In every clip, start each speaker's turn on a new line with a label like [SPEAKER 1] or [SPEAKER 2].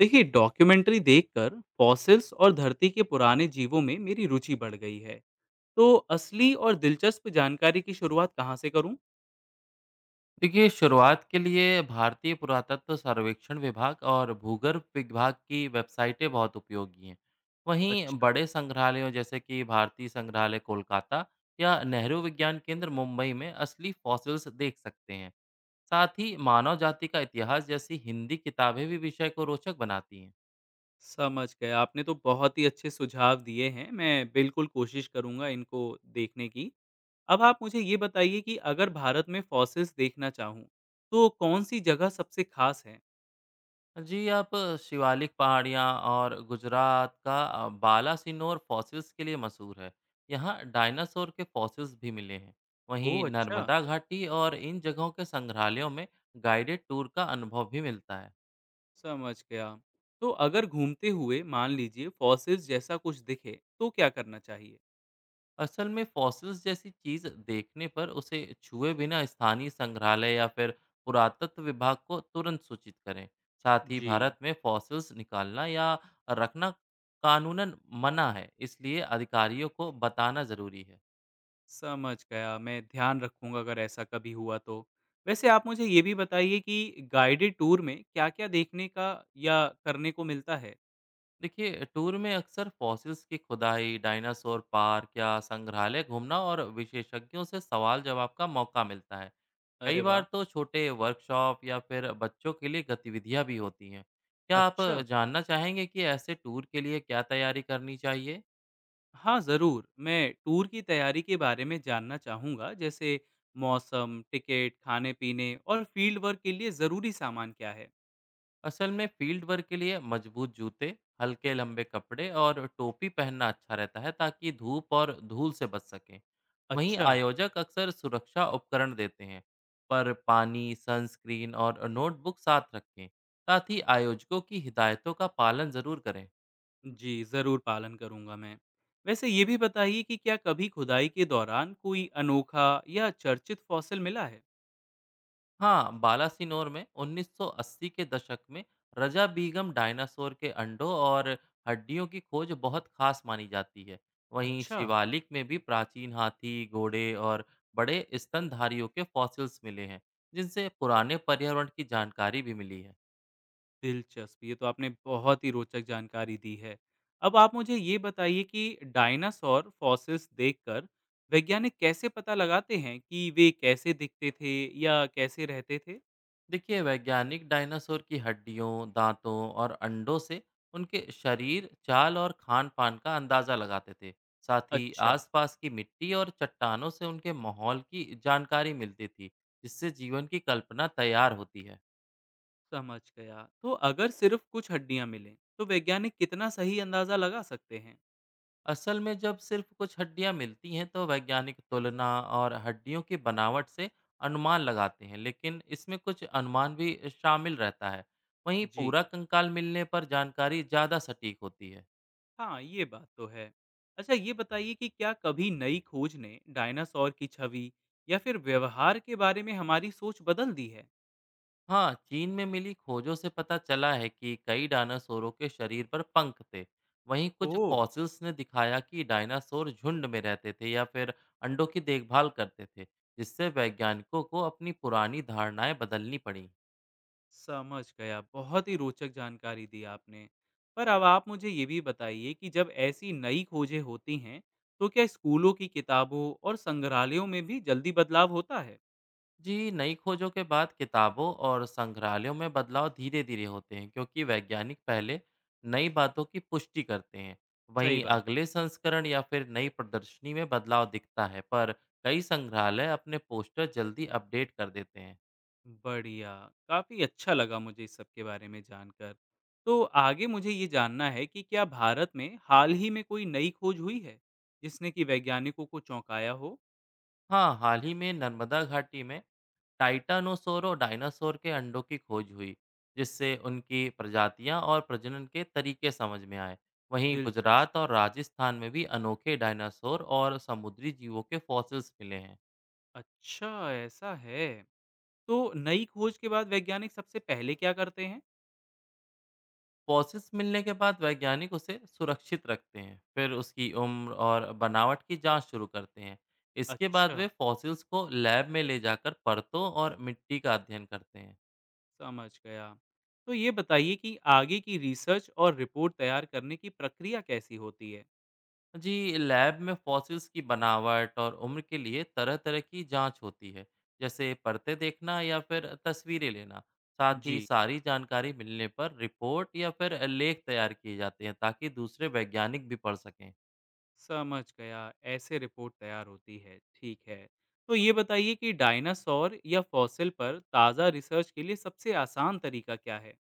[SPEAKER 1] देखिए डॉक्यूमेंट्री देखकर फॉसिल्स और धरती के पुराने जीवों में मेरी रुचि बढ़ गई है। तो असली और दिलचस्प जानकारी की शुरुआत कहाँ से करूँ।
[SPEAKER 2] देखिए, शुरुआत के लिए भारतीय पुरातत्व सर्वेक्षण विभाग और भूगर्भ विभाग की वेबसाइटें बहुत उपयोगी हैं। वहीं
[SPEAKER 1] अच्छा।
[SPEAKER 2] बड़े संग्रहालयों जैसे कि भारतीय संग्रहालय कोलकाता या नेहरू विज्ञान केंद्र मुंबई में असली फॉसिल्स देख सकते हैं। साथ ही मानव जाति का इतिहास जैसी हिंदी किताबें भी विषय को रोचक बनाती हैं।
[SPEAKER 1] समझ गए, आपने तो बहुत ही अच्छे सुझाव दिए हैं, मैं बिल्कुल कोशिश करूंगा इनको देखने की। अब आप मुझे ये बताइए कि अगर भारत में फॉसिल्स देखना चाहूँ तो कौन सी जगह सबसे खास है।
[SPEAKER 2] जी, आप शिवालिक पहाड़ियाँ और गुजरात का बालासिनोर फॉसिल्स के लिए मशहूर है। यहाँ डायनासोर के फॉसिल्स भी मिले हैं। वहीं
[SPEAKER 1] ओह अच्छा।
[SPEAKER 2] नर्मदा घाटी और इन जगहों के संग्रहालयों में गाइडेड टूर का अनुभव भी मिलता है।
[SPEAKER 1] समझ गया। तो अगर घूमते हुए मान लीजिए फॉसिल्स जैसा कुछ दिखे तो क्या करना चाहिए।
[SPEAKER 2] असल में फॉसिल्स जैसी चीज देखने पर उसे छुए बिना स्थानीय संग्रहालय या फिर पुरातत्व विभाग को तुरंत सूचित करें। साथ ही
[SPEAKER 1] जी।
[SPEAKER 2] भारत में फॉसिल्स निकालना या रखना कानूनन मना है, इसलिए अधिकारियों को बताना जरूरी है।
[SPEAKER 1] समझ गया, मैं ध्यान रखूँगा अगर ऐसा कभी हुआ तो। वैसे आप मुझे ये भी बताइए कि गाइडेड टूर में क्या-क्या देखने का या करने को मिलता है?
[SPEAKER 2] देखिए, टूर में अक्सर फॉसिल्स की खुदाई, डायनासोर पार्क या संग्रहालय घूमना और विशेषज्ञों से सवाल जवाब का मौका मिलता है।
[SPEAKER 1] अरे
[SPEAKER 2] कई बार
[SPEAKER 1] वाह!
[SPEAKER 2] तो छोटे वर्कशॉप या फिर बच्चों के लिए गतिविधियां भी होती हैं। क्या आप
[SPEAKER 1] अच्छा।
[SPEAKER 2] जानना चाहेंगे कि ऐसे टूर के लिए क्या तैयारी करनी चाहिए?
[SPEAKER 1] हाँ, ज़रूर। मैं टूर की तैयारी के बारे में जानना चाहूँगा, जैसे मौसम, टिकट, खाने-पीने और फील्ड वर्क के लिए ज़रूरी सामान क्या है?
[SPEAKER 2] असल में फील्ड वर्क के लिए मजबूत जूते, हल्के लंबे कपड़े और टोपी पहनना अच्छा रहता है, ताकि धूप और धूल से बच सकें। वहीं
[SPEAKER 1] अच्छा।
[SPEAKER 2] आयोजक अक्सर सुरक्षा उपकरण देते हैं, पर पानी, सनस्क्रीन और नोटबुक साथ रखें। साथ ही आयोजकों की हिदायतों का पालन जरूर करें।
[SPEAKER 1] जी, ज़रूर पालन करूँगा मैं। वैसे ये भी बताइए कि क्या कभी खुदाई के दौरान कोई अनोखा या चर्चित फॉसिल मिला है?
[SPEAKER 2] हाँ, बालासिनोर में 1980 के दशक में रजा बीगम डायनासोर के अंडों और हड्डियों की खोज बहुत खास मानी जाती है। वहीं
[SPEAKER 1] अच्छा।
[SPEAKER 2] शिवालिक में भी प्राचीन हाथी, घोड़े और बड़े स्तनधारियों के फॉसिल्स मिले हैं, जिनसे पुराने पर्यावरण की जानकारी भी मिली है।
[SPEAKER 1] दिलचस्प, ये तो आपने बहुत ही रोचक जानकारी दी है। अब आप मुझे ये बताइए कि डायनासॉर फॉसिल्स देखकर वैज्ञानिक कैसे पता लगाते हैं कि वे कैसे दिखते थे या कैसे रहते थे?
[SPEAKER 2] देखिए, वैज्ञानिक डायनासोर की हड्डियों, दांतों और अंडों से उनके शरीर, चाल और खान पान का अंदाजा लगाते थे। साथ ही
[SPEAKER 1] अच्छा,
[SPEAKER 2] आसपास की मिट्टी और चट्टानों से उनके माहौल की जानकारी मिलती थी, जिससे जीवन की कल्पना तैयार होती है।
[SPEAKER 1] समझ गया। तो अगर सिर्फ कुछ हड्डियां मिलें, तो वैज्ञानिक कितना सही अंदाजा लगा सकते हैं?
[SPEAKER 2] असल में जब सिर्फ कुछ हड्डियां मिलती हैं, तो वैज्ञानिक तुलना और हड्डियों की बनावट से अनुमान लगाते हैं, लेकिन इसमें कुछ अनुमान भी शामिल रहता है। वहीं
[SPEAKER 1] जी,
[SPEAKER 2] पूरा कंकाल मिलने पर जानकारी ज़्यादा सटीक होती है।
[SPEAKER 1] हाँ, ये बात तो है। अच्छा, ये बताइए कि क्या कभी नई खोज ने डायनासॉर की छवि या फिर व्यवहार के बारे में हमारी सोच बदल दी है?
[SPEAKER 2] हाँ, चीन में मिली खोजों से पता चला है कि कई डायनासोरों के शरीर पर पंख थे। वहीं कुछ
[SPEAKER 1] ओह!
[SPEAKER 2] फॉसिल्स ने दिखाया कि डायनासोर झुंड में रहते थे या फिर अंडों की देखभाल करते थे, जिससे वैज्ञानिकों को अपनी पुरानी धारणाएं बदलनी पड़ी।
[SPEAKER 1] समझ गया। बहुत ही रोचक जानकारी दी आपने। पर अब आप मुझे ये भी बताइए कि जब ऐसी नई खोजें होती हैं, तो क्या स्कूलों की किताबों और संग्रहालयों में भी जल्दी बदलाव होता है?
[SPEAKER 2] जी, नई खोजों के बाद किताबों और संग्रहालयों में बदलाव धीरे धीरे होते हैं, क्योंकि वैज्ञानिक पहले नई बातों की पुष्टि करते हैं।
[SPEAKER 1] सही
[SPEAKER 2] वहीं
[SPEAKER 1] बात है।
[SPEAKER 2] अगले संस्करण या फिर नई प्रदर्शनी में बदलाव दिखता है, पर कई संग्रहालय अपने पोस्टर जल्दी अपडेट कर देते हैं।
[SPEAKER 1] बढ़िया। काफ़ी अच्छा लगा मुझे इस सब के बारे में जानकर। तो आगे मुझे ये जानना है कि क्या भारत में हाल ही में कोई नई खोज हुई है, जिसने कि वैज्ञानिकों को चौंकाया हो?
[SPEAKER 2] हाँ, हाल ही में नर्मदा घाटी में टाइटानोसोर और डायनासोर के अंडों की खोज हुई, जिससे उनकी प्रजातियां और प्रजनन के तरीके समझ में आए। वहीं
[SPEAKER 1] दिलचस्प।
[SPEAKER 2] गुजरात और राजस्थान में भी अनोखे डायनासोर और समुद्री जीवों के फॉसिल्स मिले हैं।
[SPEAKER 1] अच्छा, ऐसा है। तो नई खोज के बाद वैज्ञानिक सबसे पहले क्या करते हैं?
[SPEAKER 2] फॉसिल्स मिलने के बाद वैज्ञानिक उसे सुरक्षित रखते हैं, फिर उसकी उम्र और बनावट की जांच शुरू करते हैं। इसके बाद
[SPEAKER 1] अच्छा,
[SPEAKER 2] वे फॉसिल्स को लैब में ले जाकर परतों और मिट्टी का अध्ययन करते हैं।
[SPEAKER 1] समझ गया। तो ये बताइए कि आगे की रिसर्च और रिपोर्ट तैयार करने की प्रक्रिया कैसी होती है?
[SPEAKER 2] जी, लैब में फॉसिल्स की बनावट और उम्र के लिए तरह तरह की जांच होती है, जैसे परतें देखना या फिर तस्वीरें लेना। साथ ही
[SPEAKER 1] जी,
[SPEAKER 2] सारी जानकारी मिलने पर रिपोर्ट या फिर लेख तैयार किए जाते हैं, ताकि दूसरे वैज्ञानिक भी पढ़ सकें।
[SPEAKER 1] समझ गया। ऐसे रिपोर्ट तैयार होती है, ठीक है। तो ये बताइए कि डायनासोर या फॉसिल पर ताज़ा रिसर्च के लिए सबसे आसान तरीका क्या है?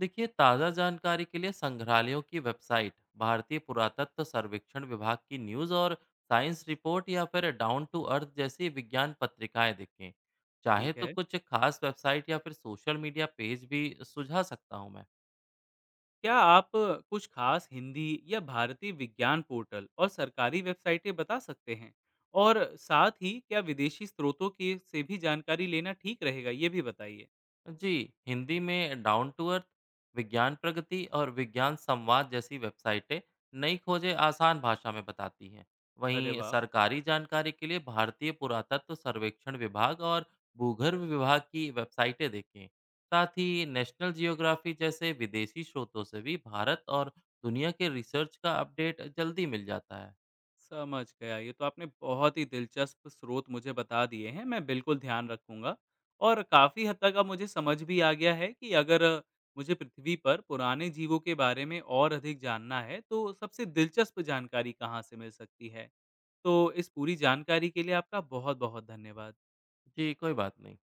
[SPEAKER 2] देखिए, ताज़ा जानकारी के लिए संग्रहालयों की वेबसाइट, भारतीय पुरातत्व सर्वेक्षण विभाग की न्यूज़ और साइंस रिपोर्ट या फिर डाउन टू अर्थ जैसी विज्ञान पत्रिकाएं देखें। चाहे
[SPEAKER 1] ठीक
[SPEAKER 2] तो
[SPEAKER 1] है।
[SPEAKER 2] कुछ खास वेबसाइट या फिर सोशल मीडिया पेज भी सुझा सकता हूँ मैं।
[SPEAKER 1] क्या आप कुछ खास हिंदी या भारतीय विज्ञान पोर्टल और सरकारी वेबसाइटें बता सकते हैं? और साथ ही क्या विदेशी स्रोतों के से भी जानकारी लेना ठीक रहेगा? ये भी बताइए।
[SPEAKER 2] जी, हिंदी में डाउन टू अर्थ, विज्ञान प्रगति और विज्ञान संवाद जैसी वेबसाइटें नई खोजें आसान भाषा में बताती हैं।
[SPEAKER 1] अरे
[SPEAKER 2] वहीं
[SPEAKER 1] वाह!
[SPEAKER 2] सरकारी जानकारी के लिए भारतीय पुरातत्व सर्वेक्षण विभाग और भूगर्भ विभाग की वेबसाइटें देखें। साथ ही नेशनल जियोग्राफी जैसे विदेशी स्रोतों से भी भारत और दुनिया के रिसर्च का अपडेट जल्दी मिल जाता है।
[SPEAKER 1] समझ गया। ये तो आपने बहुत ही दिलचस्प स्रोत मुझे बता दिए हैं, मैं बिल्कुल ध्यान रखूँगा। और काफ़ी हद तक अब मुझे समझ भी आ गया है कि अगर मुझे पृथ्वी पर पुराने जीवों के बारे में और अधिक जानना है, तो सबसे दिलचस्प जानकारी कहाँ से मिल सकती है। तो इस पूरी जानकारी के लिए आपका बहुत-बहुत धन्यवाद।
[SPEAKER 2] जी, कोई बात नहीं।